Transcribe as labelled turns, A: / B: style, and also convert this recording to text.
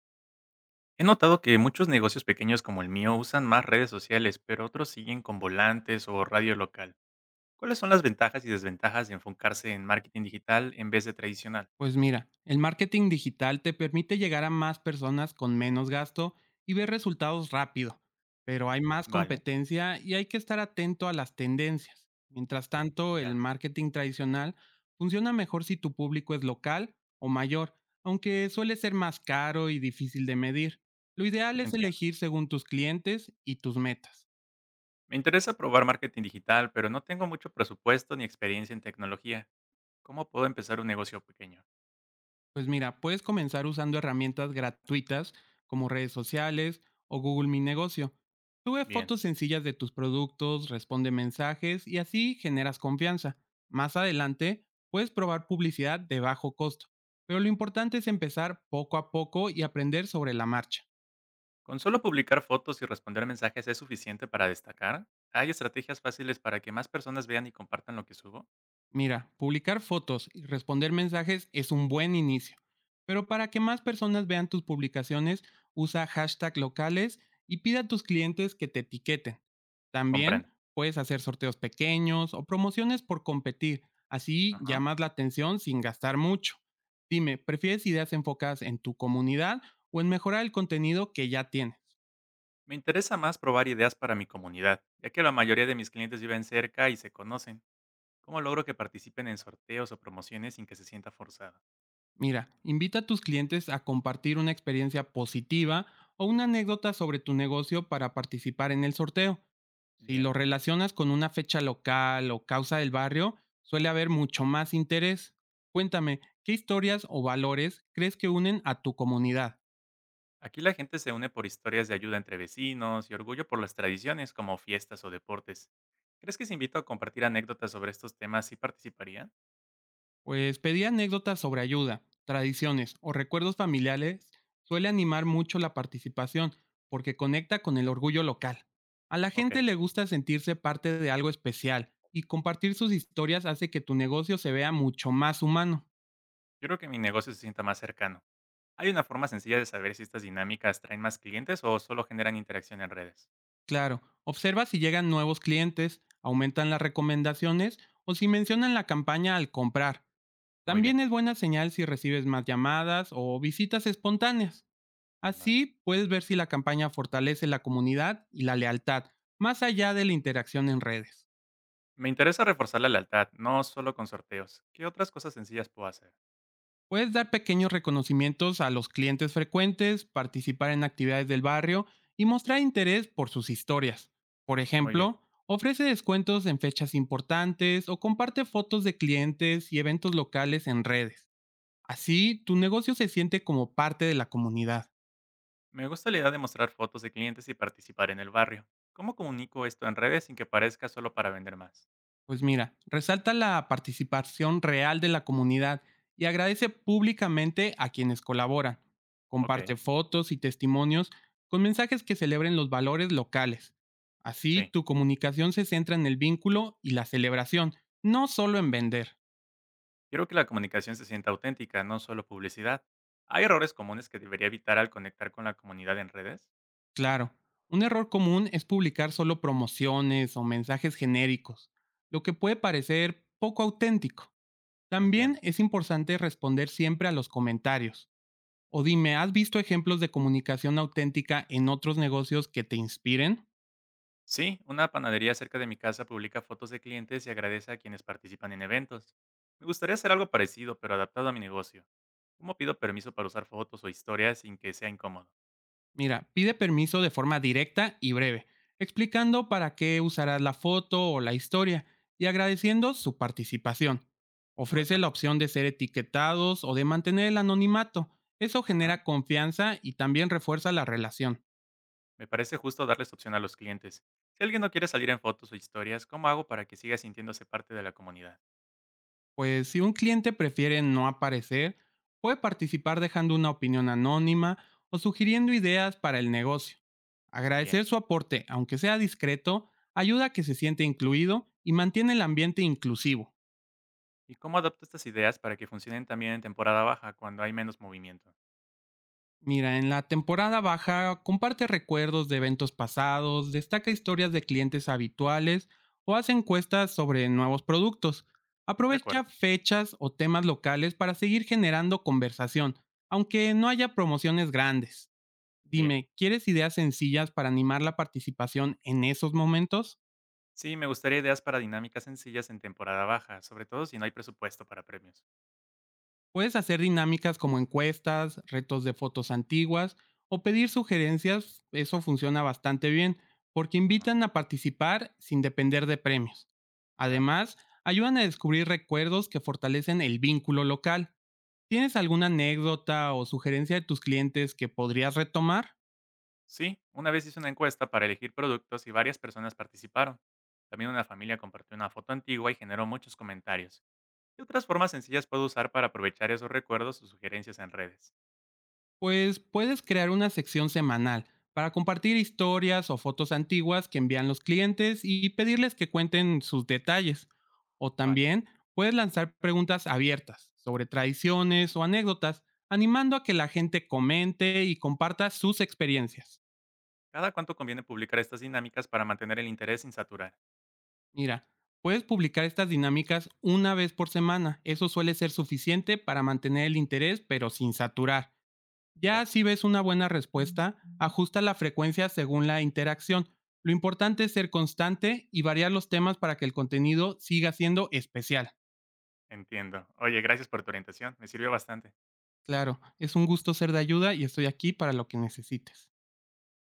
A: He notado que muchos negocios pequeños como el mío usan más redes sociales, pero otros siguen con volantes o radio local. ¿Cuáles son las ventajas y desventajas de enfocarse en marketing digital en vez de tradicional?
B: Pues mira, el marketing digital te permite llegar a más personas con menos gasto y ver resultados rápido, pero hay más
A: Vale,
B: competencia y hay que estar atento a las tendencias. Mientras tanto, el
A: ya,
B: marketing tradicional funciona mejor si tu público es local o mayor, aunque suele ser más caro y difícil de medir. Lo ideal es
A: entiendo.
B: elegir según tus clientes y tus metas.
A: Me interesa probar marketing digital, pero no tengo mucho presupuesto ni experiencia en tecnología. ¿Cómo puedo empezar un negocio pequeño?
B: Pues mira, puedes comenzar usando herramientas gratuitas como redes sociales o Google Mi Negocio. Sube
A: Bien,
B: fotos sencillas de tus productos, responde mensajes y así generas confianza. Más adelante, puedes probar publicidad de bajo costo, pero lo importante es empezar poco a poco y aprender sobre la marcha.
A: ¿con solo publicar fotos y responder mensajes es suficiente para destacar? ¿Hay estrategias fáciles para que más personas vean y compartan lo que subo?
B: Mira, publicar fotos y responder mensajes es un buen inicio, pero para que más personas vean tus publicaciones, usa hashtag locales y pide a tus clientes que te etiqueten. También
A: Comprendo.
B: puedes hacer sorteos pequeños o promociones por competir, así
A: Ajá.
B: llamas la atención sin gastar mucho. Dime, ¿prefieres ideas enfocadas en tu comunidad o en mejorar el contenido que ya tienes?
A: Me interesa más probar ideas para mi comunidad, ya que la mayoría de mis clientes viven cerca y se conocen. ¿Cómo logro que participen en sorteos o promociones sin que se sienta forzada?
B: Mira, invita a tus clientes a compartir una experiencia positiva o una anécdota sobre tu negocio para participar en el sorteo. Si
A: Bien.
B: lo relacionas con una fecha local o causa del barrio, suele haber mucho más interés. Cuéntame, ¿qué historias o valores crees que unen a tu comunidad?
A: Aquí la gente se une por historias de ayuda entre vecinos y orgullo por las tradiciones como fiestas o deportes. ¿Crees que si invito a compartir anécdotas sobre estos temas sí participarían?
B: Pues pedir anécdotas sobre ayuda, tradiciones o recuerdos familiares suele animar mucho la participación porque conecta con el orgullo local. A la
A: Ok,
B: gente
A: yo
B: le gusta sentirse parte de algo especial y compartir sus historias hace que tu negocio se vea mucho más humano.
A: creo que mi negocio se sienta más cercano. ¿Hay una forma sencilla de saber si estas dinámicas traen más clientes o solo generan interacción en redes?
B: Claro, observa si llegan nuevos clientes, aumentan las recomendaciones o si mencionan la campaña al comprar.
A: Muy bien,
B: También es buena señal si recibes más llamadas o visitas espontáneas.
A: vale.
B: Así puedes ver si la campaña fortalece la comunidad y la lealtad, más allá de la interacción en redes.
A: Me interesa reforzar la lealtad, no solo con sorteos. ¿Qué otras cosas sencillas puedo hacer?
B: Puedes dar pequeños reconocimientos a los clientes frecuentes, participar en actividades del barrio y mostrar interés por sus historias. Por
A: Muy bien.
B: ejemplo, ofrece descuentos en fechas importantes o comparte fotos de clientes y eventos locales en redes. Así, tu negocio se siente como parte de la comunidad.
A: Me gusta la idea de mostrar fotos de clientes y participar en el barrio. ¿Cómo comunico esto en redes sin que parezca solo para vender más?
B: Pues mira, resalta la participación real de la comunidad y agradece públicamente a quienes colaboran.
A: Ok,
B: Comparte fotos y testimonios con mensajes que celebren los valores locales. Así,
A: sí.
B: tu comunicación se centra en el vínculo y la celebración, no solo en vender.
A: Quiero que la comunicación se sienta auténtica, no solo publicidad. ¿Hay errores comunes que debería evitar al conectar con la comunidad en redes?
B: Claro, un error común es publicar solo promociones o mensajes genéricos, lo que puede parecer poco auténtico. También
A: Entiendo.
B: es importante responder siempre a los comentarios. O dime, ¿has visto ejemplos de comunicación auténtica en otros negocios que te inspiren?
A: Sí, una panadería cerca de mi casa publica fotos de clientes y agradece a quienes participan en eventos. Me gustaría hacer algo parecido, pero adaptado a mi negocio. ¿Cómo pido permiso para usar fotos o historias sin que sea incómodo?
B: Mira, pide permiso de forma directa y breve, explicando para qué usarás la foto o la historia y agradeciendo su participación. Ofrece
A: Bueno,
B: la opción de ser etiquetados o de mantener el anonimato. Eso
A: ajá.
B: genera confianza y también refuerza la relación.
A: Me parece justo darles opción a los clientes. Si alguien no quiere salir en fotos o historias, ¿cómo hago para que siga sintiéndose parte de la comunidad?
B: Pues si un cliente prefiere no aparecer, puede participar dejando una opinión anónima o sugiriendo ideas para el negocio.
A: Bien.
B: Agradecer su aporte, aunque sea discreto, ayuda a que se siente incluido y mantiene el ambiente inclusivo.
A: ¿Y cómo adapto estas ideas para que funcionen también en temporada baja, cuando hay menos movimiento?
B: Mira, en la temporada baja comparte recuerdos de eventos pasados, destaca historias de clientes habituales o hace encuestas sobre nuevos productos.
A: De
B: Aprovecha
A: acuerdo.
B: fechas o temas locales para seguir generando conversación, aunque no haya promociones grandes.
A: Bien.
B: Dime, ¿quieres ideas sencillas para animar la participación en esos momentos?
A: Sí, me gustaría ideas para dinámicas sencillas en temporada baja, sobre todo si no hay presupuesto para premios.
B: Puedes hacer dinámicas como encuestas, retos de fotos antiguas o pedir sugerencias, eso funciona bastante bien, porque
A: Ajá,
B: invitan a participar sin depender de premios.
A: claro.
B: Además, ayudan a descubrir recuerdos que fortalecen el vínculo local. ¿Tienes alguna anécdota o sugerencia de tus clientes que podrías retomar?
A: Sí, una vez hice una encuesta para elegir productos y varias personas participaron. También una familia compartió una foto antigua y generó muchos comentarios. ¿Qué otras formas sencillas puedo usar para aprovechar esos recuerdos o sugerencias en redes?
B: Pues puedes crear una sección semanal para compartir historias o fotos antiguas que envían los clientes y pedirles que cuenten sus detalles. O
A: Vale.
B: también puedes lanzar preguntas abiertas sobre tradiciones o anécdotas, animando a que la gente comente y comparta sus experiencias.
A: ¿Cada cuánto conviene publicar estas dinámicas para mantener el interés sin saturar?
B: Mira, puedes publicar estas dinámicas una vez por semana. Eso suele ser suficiente para mantener el interés, pero sin saturar. Ya
A: Ya,
B: si ves una buena respuesta, ajusta la frecuencia según la interacción. Lo importante es ser constante y variar los temas para que el contenido siga siendo especial.
A: entiendo. Oye, gracias por tu orientación. Me sirvió bastante.
B: Claro, es un gusto ser de ayuda y estoy aquí para lo que necesites.